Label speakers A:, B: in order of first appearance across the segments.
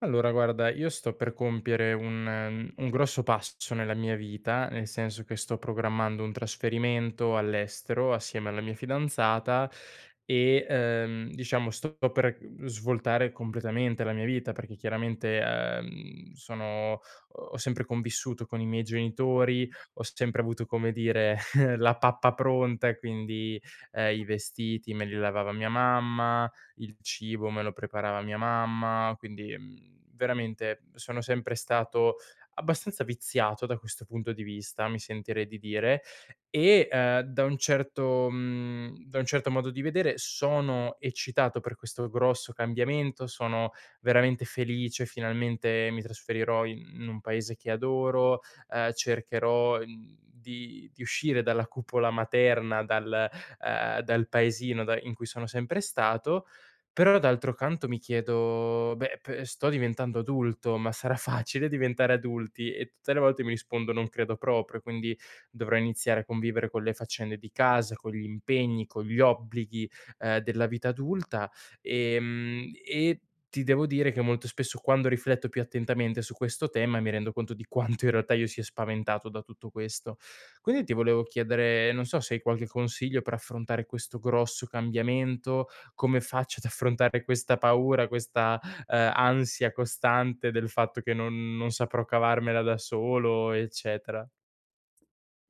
A: Allora guarda, io sto per compiere un grosso passo nella mia vita, nel senso che sto programmando un trasferimento all'estero assieme alla mia fidanzata e, diciamo sto per svoltare completamente la mia vita, perché chiaramente, sono ho sempre convissuto con i miei genitori, ho sempre avuto, come dire, la pappa pronta, quindi, i vestiti me li lavava mia mamma, il cibo me lo preparava mia mamma, quindi, veramente sono sempre stato abbastanza viziato da questo punto di vista, mi sentirei di dire, e, da un certo modo di vedere sono eccitato per questo grosso cambiamento, sono veramente felice, finalmente mi trasferirò in un paese che adoro, cercherò, di uscire dalla cupola materna, dal dal paesino da in cui sono sempre stato, però d'altro canto mi chiedo: "Beh, p sto diventando adulto, ma sarà facile diventare adulti?" E tutte le volte mi rispondo: "Non credo proprio", quindi dovrò iniziare a convivere con le faccende di casa, con gli impegni, con gli obblighi, della vita adulta. E ti devo dire che molto spesso quando rifletto più attentamente su questo tema, mi rendo conto di quanto in realtà io sia spaventato da tutto questo. Quindi ti volevo chiedere, non so se hai qualche consiglio per affrontare questo grosso cambiamento, come faccio ad affrontare questa paura, questa, ansia costante del fatto che non saprò cavarmela da solo, eccetera.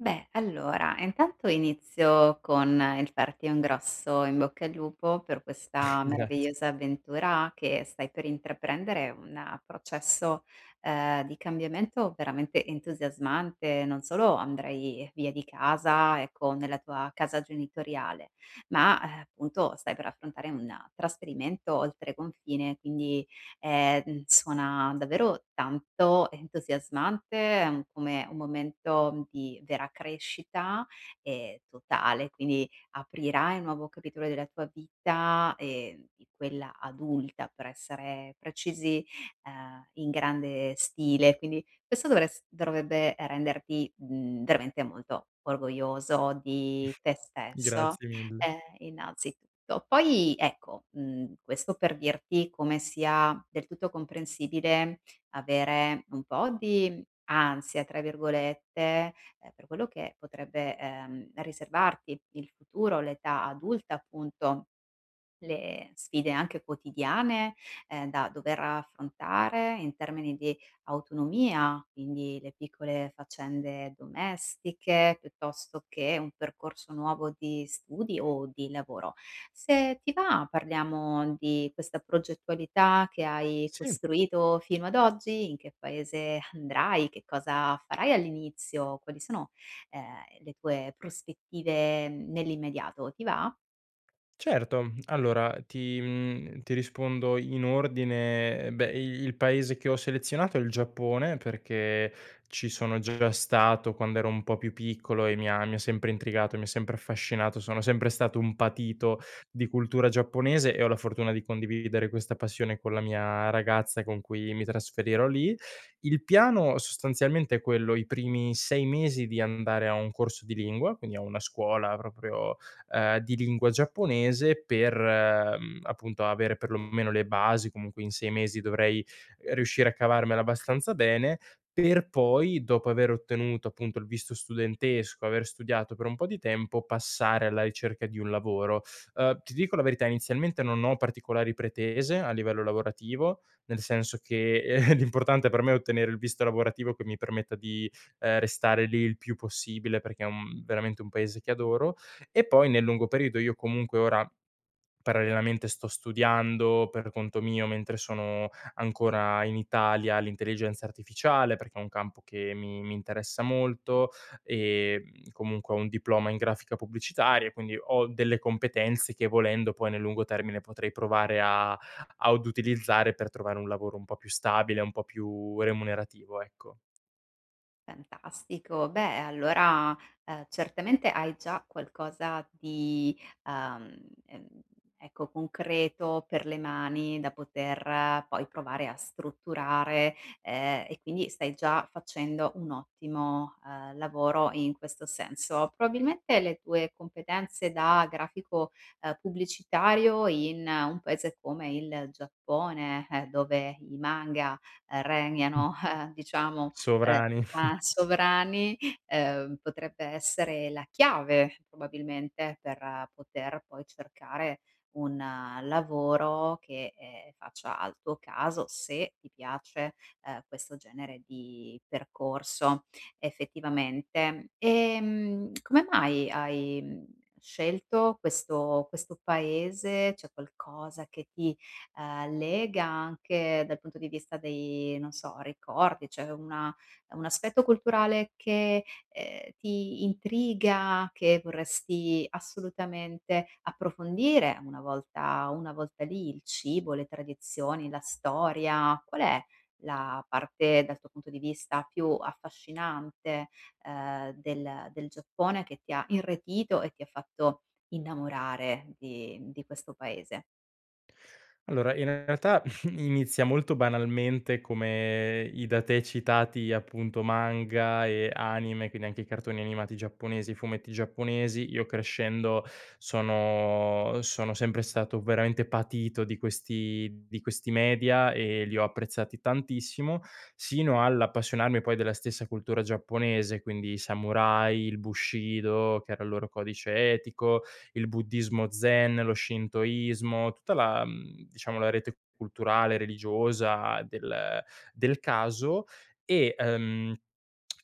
B: Beh, allora, intanto inizio con il farti un grosso in bocca al lupo per questa
A: Grazie,
B: meravigliosa avventura che stai per intraprendere, un processo, di cambiamento veramente entusiasmante. Non solo andrai via di casa, ecco, nella tua casa genitoriale, ma, appunto stai per affrontare un trasferimento oltre confine, quindi suona davvero tanto entusiasmante, come un momento di vera crescita, totale, quindi aprirai un nuovo capitolo della tua vita, di quella adulta per essere precisi, in grande stile. Quindi questo dovress dovrebbe renderti, veramente molto orgoglioso di te stesso,
A: grazie mille.
B: innanzitutto. Poi ecco, questo per dirti come sia del tutto comprensibile avere un po' di "ansia" tra virgolette, per quello che potrebbe, riservarti il futuro, l'età adulta appunto le sfide anche quotidiane, da dover affrontare in termini di autonomia, quindi le piccole faccende domestiche, piuttosto che un percorso nuovo di studi o di lavoro. Se ti va parliamo di questa progettualità che hai
A: Sì.
B: costruito fino ad oggi, in che paese andrai, che cosa farai all'inizio, quali sono, ehm, le tue prospettive nell'immediato, ti va?
A: Certo, allora ti rispondo in ordine, beh, i il paese che ho selezionato è il Giappone, perché ci sono già stato quando ero un po' più piccolo e mi ha sempre intrigato, mi ha sempre affascinato, sono sempre stato un patito di cultura giapponese e ho la fortuna di condividere questa passione con la mia ragazza con cui mi trasferirò lì. Il piano sostanzialmente è quello, i primi 6 mesi di andare a un corso di lingua, quindi a una scuola proprio, di lingua giapponese per, appunto avere perlomeno le basi, comunque in 6 mesi dovrei riuscire a cavarmela abbastanza bene, per poi, dopo aver ottenuto appunto il visto studentesco, aver studiato per un po' di tempo, passare alla ricerca di un lavoro. Ti dico la verità, inizialmente non ho particolari pretese a livello lavorativo, nel senso che, l'importante per me è ottenere il visto lavorativo che mi permetta di, restare lì il più possibile perché è un veramente un paese che adoro, e poi nel lungo periodo io comunque ora parallelamente sto studiando per conto mio mentre sono ancora in Italia l'intelligenza artificiale, perché è un campo che mi interessa molto e, comunque ho un diploma in grafica pubblicitaria, quindi ho delle competenze che volendo poi nel lungo termine potrei provare a ad utilizzare per trovare un lavoro un po' più stabile, un po' più remunerativo, ecco.
B: Fantastico. Beh, allora, certamente hai già qualcosa di, uhm, ehm, ecco, concreto per le mani da poter poi provare a strutturare, e quindi stai già facendo un ottimo, lavoro in questo senso. Probabilmente le tue competenze da grafico, pubblicitario in un paese come il Giappone, dove i manga,
A: Mh.
B: regnano, diciamo, ehm
A: Sovrani.
B: ma sovrani, potrebbe essere la chiave probabilmente per poter poi cercare un lavoro che, faccia al tuo caso, se ti piace, questo genere di percorso effettivamente. Come mai hai, scelto questo paese? C'è qualcosa che ti, lega anche dal punto di vista dei, non so, ricordi? C'è una un aspetto culturale che, ti intriga, che vorresti assolutamente approfondire una volta lì, il cibo, le tradizioni, la storia? Qual è la parte, dal tuo punto di vista, più affascinante, del Giappone che ti ha irretito e ti ha fatto innamorare di questo paese?
A: Allora, in realtà inizia molto banalmente come i da te citati, appunto, manga e anime, quindi anche i cartoni animati giapponesi, i fumetti giapponesi. Io crescendo sono sempre stato veramente patito di questi media e li ho apprezzati tantissimo, sino all'appassionarmi poi della stessa cultura giapponese, quindi i samurai, il bushido, che era il loro codice etico, il buddismo zen, lo shintoismo, tutta la diciamo la rete culturale, religiosa del caso e,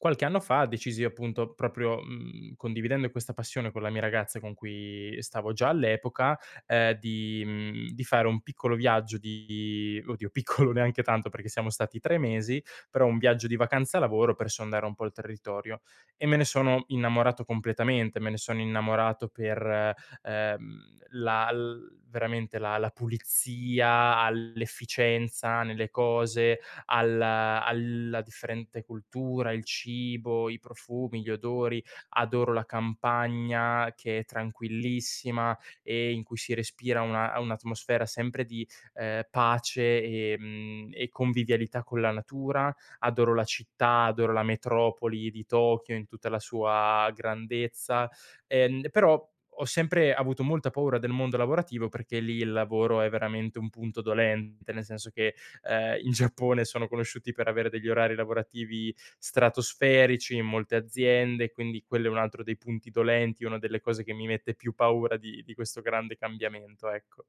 A: qualche anno fa decisi appunto proprio, condividendo questa passione con la mia ragazza con cui stavo già all'epoca, di fare un piccolo viaggio, di oddio piccolo neanche tanto perché siamo stati 3 mesi, però un viaggio di vacanza lavoro per sondare un po' il territorio e me ne sono innamorato completamente, me ne sono innamorato per, la l veramente la pulizia, all'efficienza nelle cose, al alla differente cultura, il cibo, i profumi, gli odori. Adoro la campagna che è tranquillissima e in cui si respira una un'atmosfera sempre di, pace, e convivialità con la natura. Adoro la città, adoro la metropoli di Tokyo in tutta la sua grandezza, però ho sempre avuto molta paura del mondo lavorativo perché lì il lavoro è veramente un punto dolente, nel senso che, in Giappone sono conosciuti per avere degli orari lavorativi stratosferici in molte aziende, quindi quello è un altro dei punti dolenti, una delle cose che mi mette più paura di questo grande cambiamento, ecco.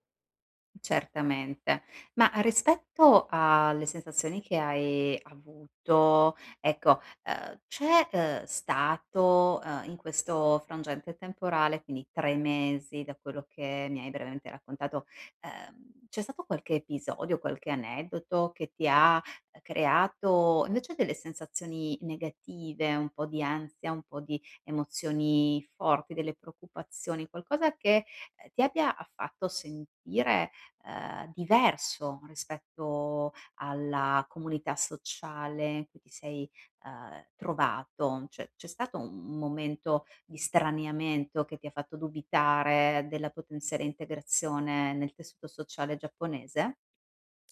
B: Certamente. Ma rispetto alle sensazioni che hai avuto, ecco, c'è, stato, in questo frangente temporale, quindi 3 mesi da quello che mi hai brevemente raccontato, c'è stato qualche episodio, qualche aneddoto che ti ha, creato invece delle sensazioni negative, un po' di ansia, un po' di emozioni forti, delle preoccupazioni, qualcosa che, ti abbia fatto sentire, diverso rispetto alla comunità sociale in cui ti sei, trovato? Cioè, c'è stato un momento di straniamento che ti ha fatto dubitare della potenziale integrazione nel tessuto sociale giapponese?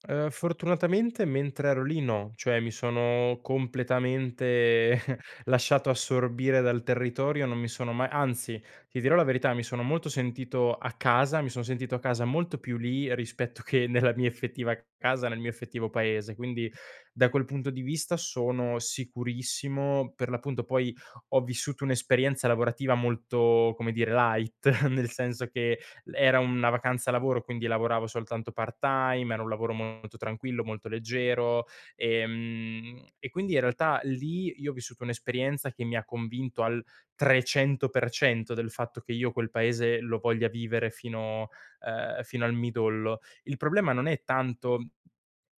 A: Fortunatamente mentre ero lì no, cioè mi sono completamente lasciato assorbire dal territorio, non mi sono mai, anzi, ti dirò la verità, mi sono molto sentito a casa, mi son sentito a casa molto più lì rispetto che nella mia effettiva casa, nel mio effettivo paese. Quindi da quel punto di vista sono sicurissimo. Per l'appunto poi ho vissuto un'esperienza lavorativa molto, come dire, light, nel senso che era una vacanza lavoro, quindi lavoravo soltanto part-time, era un lavoro molto tranquillo, molto leggero, e quindi in realtà lì io ho vissuto un'esperienza che mi ha convinto al 300% del fatto che io quel paese lo voglia vivere fino, fino al midollo. Il problema non è tanto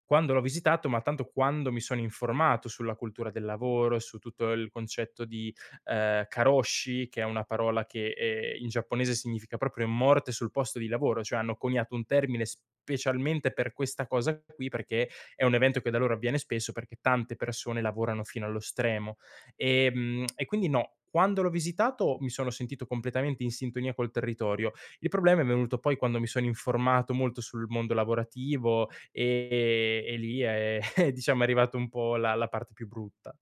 A: quando l'ho visitato, ma tanto quando mi sono informato sulla cultura del lavoro, su tutto il concetto di, karoshi, che è una parola che, in giapponese significa proprio morte sul posto di lavoro, cioè hanno coniato un termine specialmente per questa cosa qui, perché è un evento che da loro avviene spesso, perché tante persone lavorano fino allo stremo. E quindi no, quando l'ho visitato mi sono sentito completamente in sintonia col territorio. Il problema è venuto poi quando mi sono informato molto sul mondo lavorativo, e lì è diciamo è arrivato un po' la parte più brutta.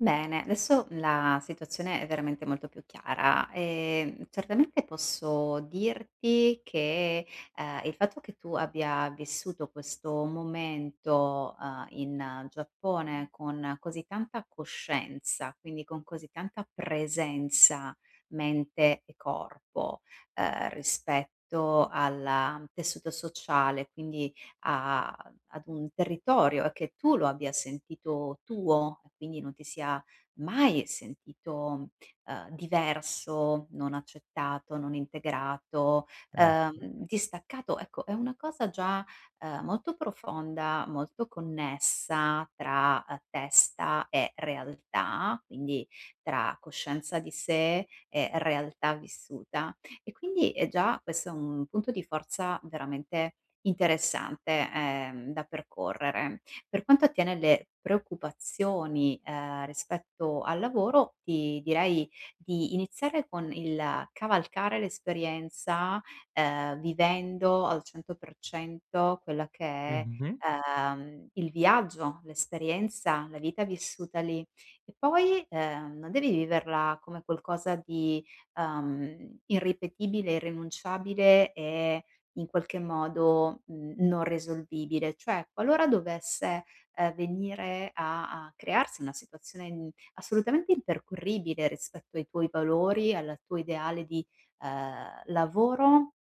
B: Bene, adesso la situazione è veramente molto più chiara. Certamente posso dirti che, il fatto che tu abbia vissuto questo momento, in Giappone con così tanta coscienza, quindi con così tanta presenza mente e corpo, rispetto al tessuto sociale, quindi a ad un territorio e che tu lo abbia sentito tuo e quindi non ti sia mai sentito, diverso, non accettato, non integrato,
A: Eh
B: ehm,
A: sì.
B: distaccato. Ecco, è una cosa già, molto profonda, molto connessa tra, testa e realtà, quindi tra coscienza di sé e realtà vissuta. E quindi è già questo è un punto di forza veramente interessante, da percorrere. Per quanto attiene le preoccupazioni, rispetto al lavoro, ti direi di iniziare con il cavalcare l'esperienza, vivendo al 100% quella che è,
A: Mh-mh.
B: il viaggio, l'esperienza, la vita vissuta lì. E poi, non devi viverla come qualcosa di, irripetibile, irrinunciabile e in qualche modo, non risolvibile. Cioè, qualora dovesse, venire a crearsi una situazione, assolutamente impercorribile rispetto ai tuoi valori, al tuo ideale di, lavoro,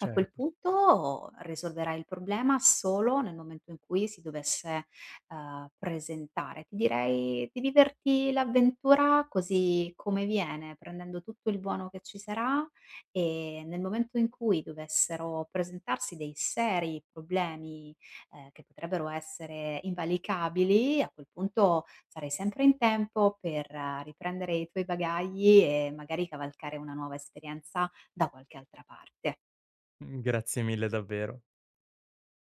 B: a quel punto risolverai il problema solo nel momento in cui si dovesse, presentare. Ti direi di viverti l'avventura così come viene, prendendo tutto il buono che ci sarà e nel momento in cui dovessero presentarsi dei seri problemi, che potrebbero essere invalicabili, a quel punto sarai sempre in tempo per riprendere i tuoi bagagli e magari cavalcare una nuova esperienza da qualche altra parte.
A: Mhmm, Grazie mille davvero.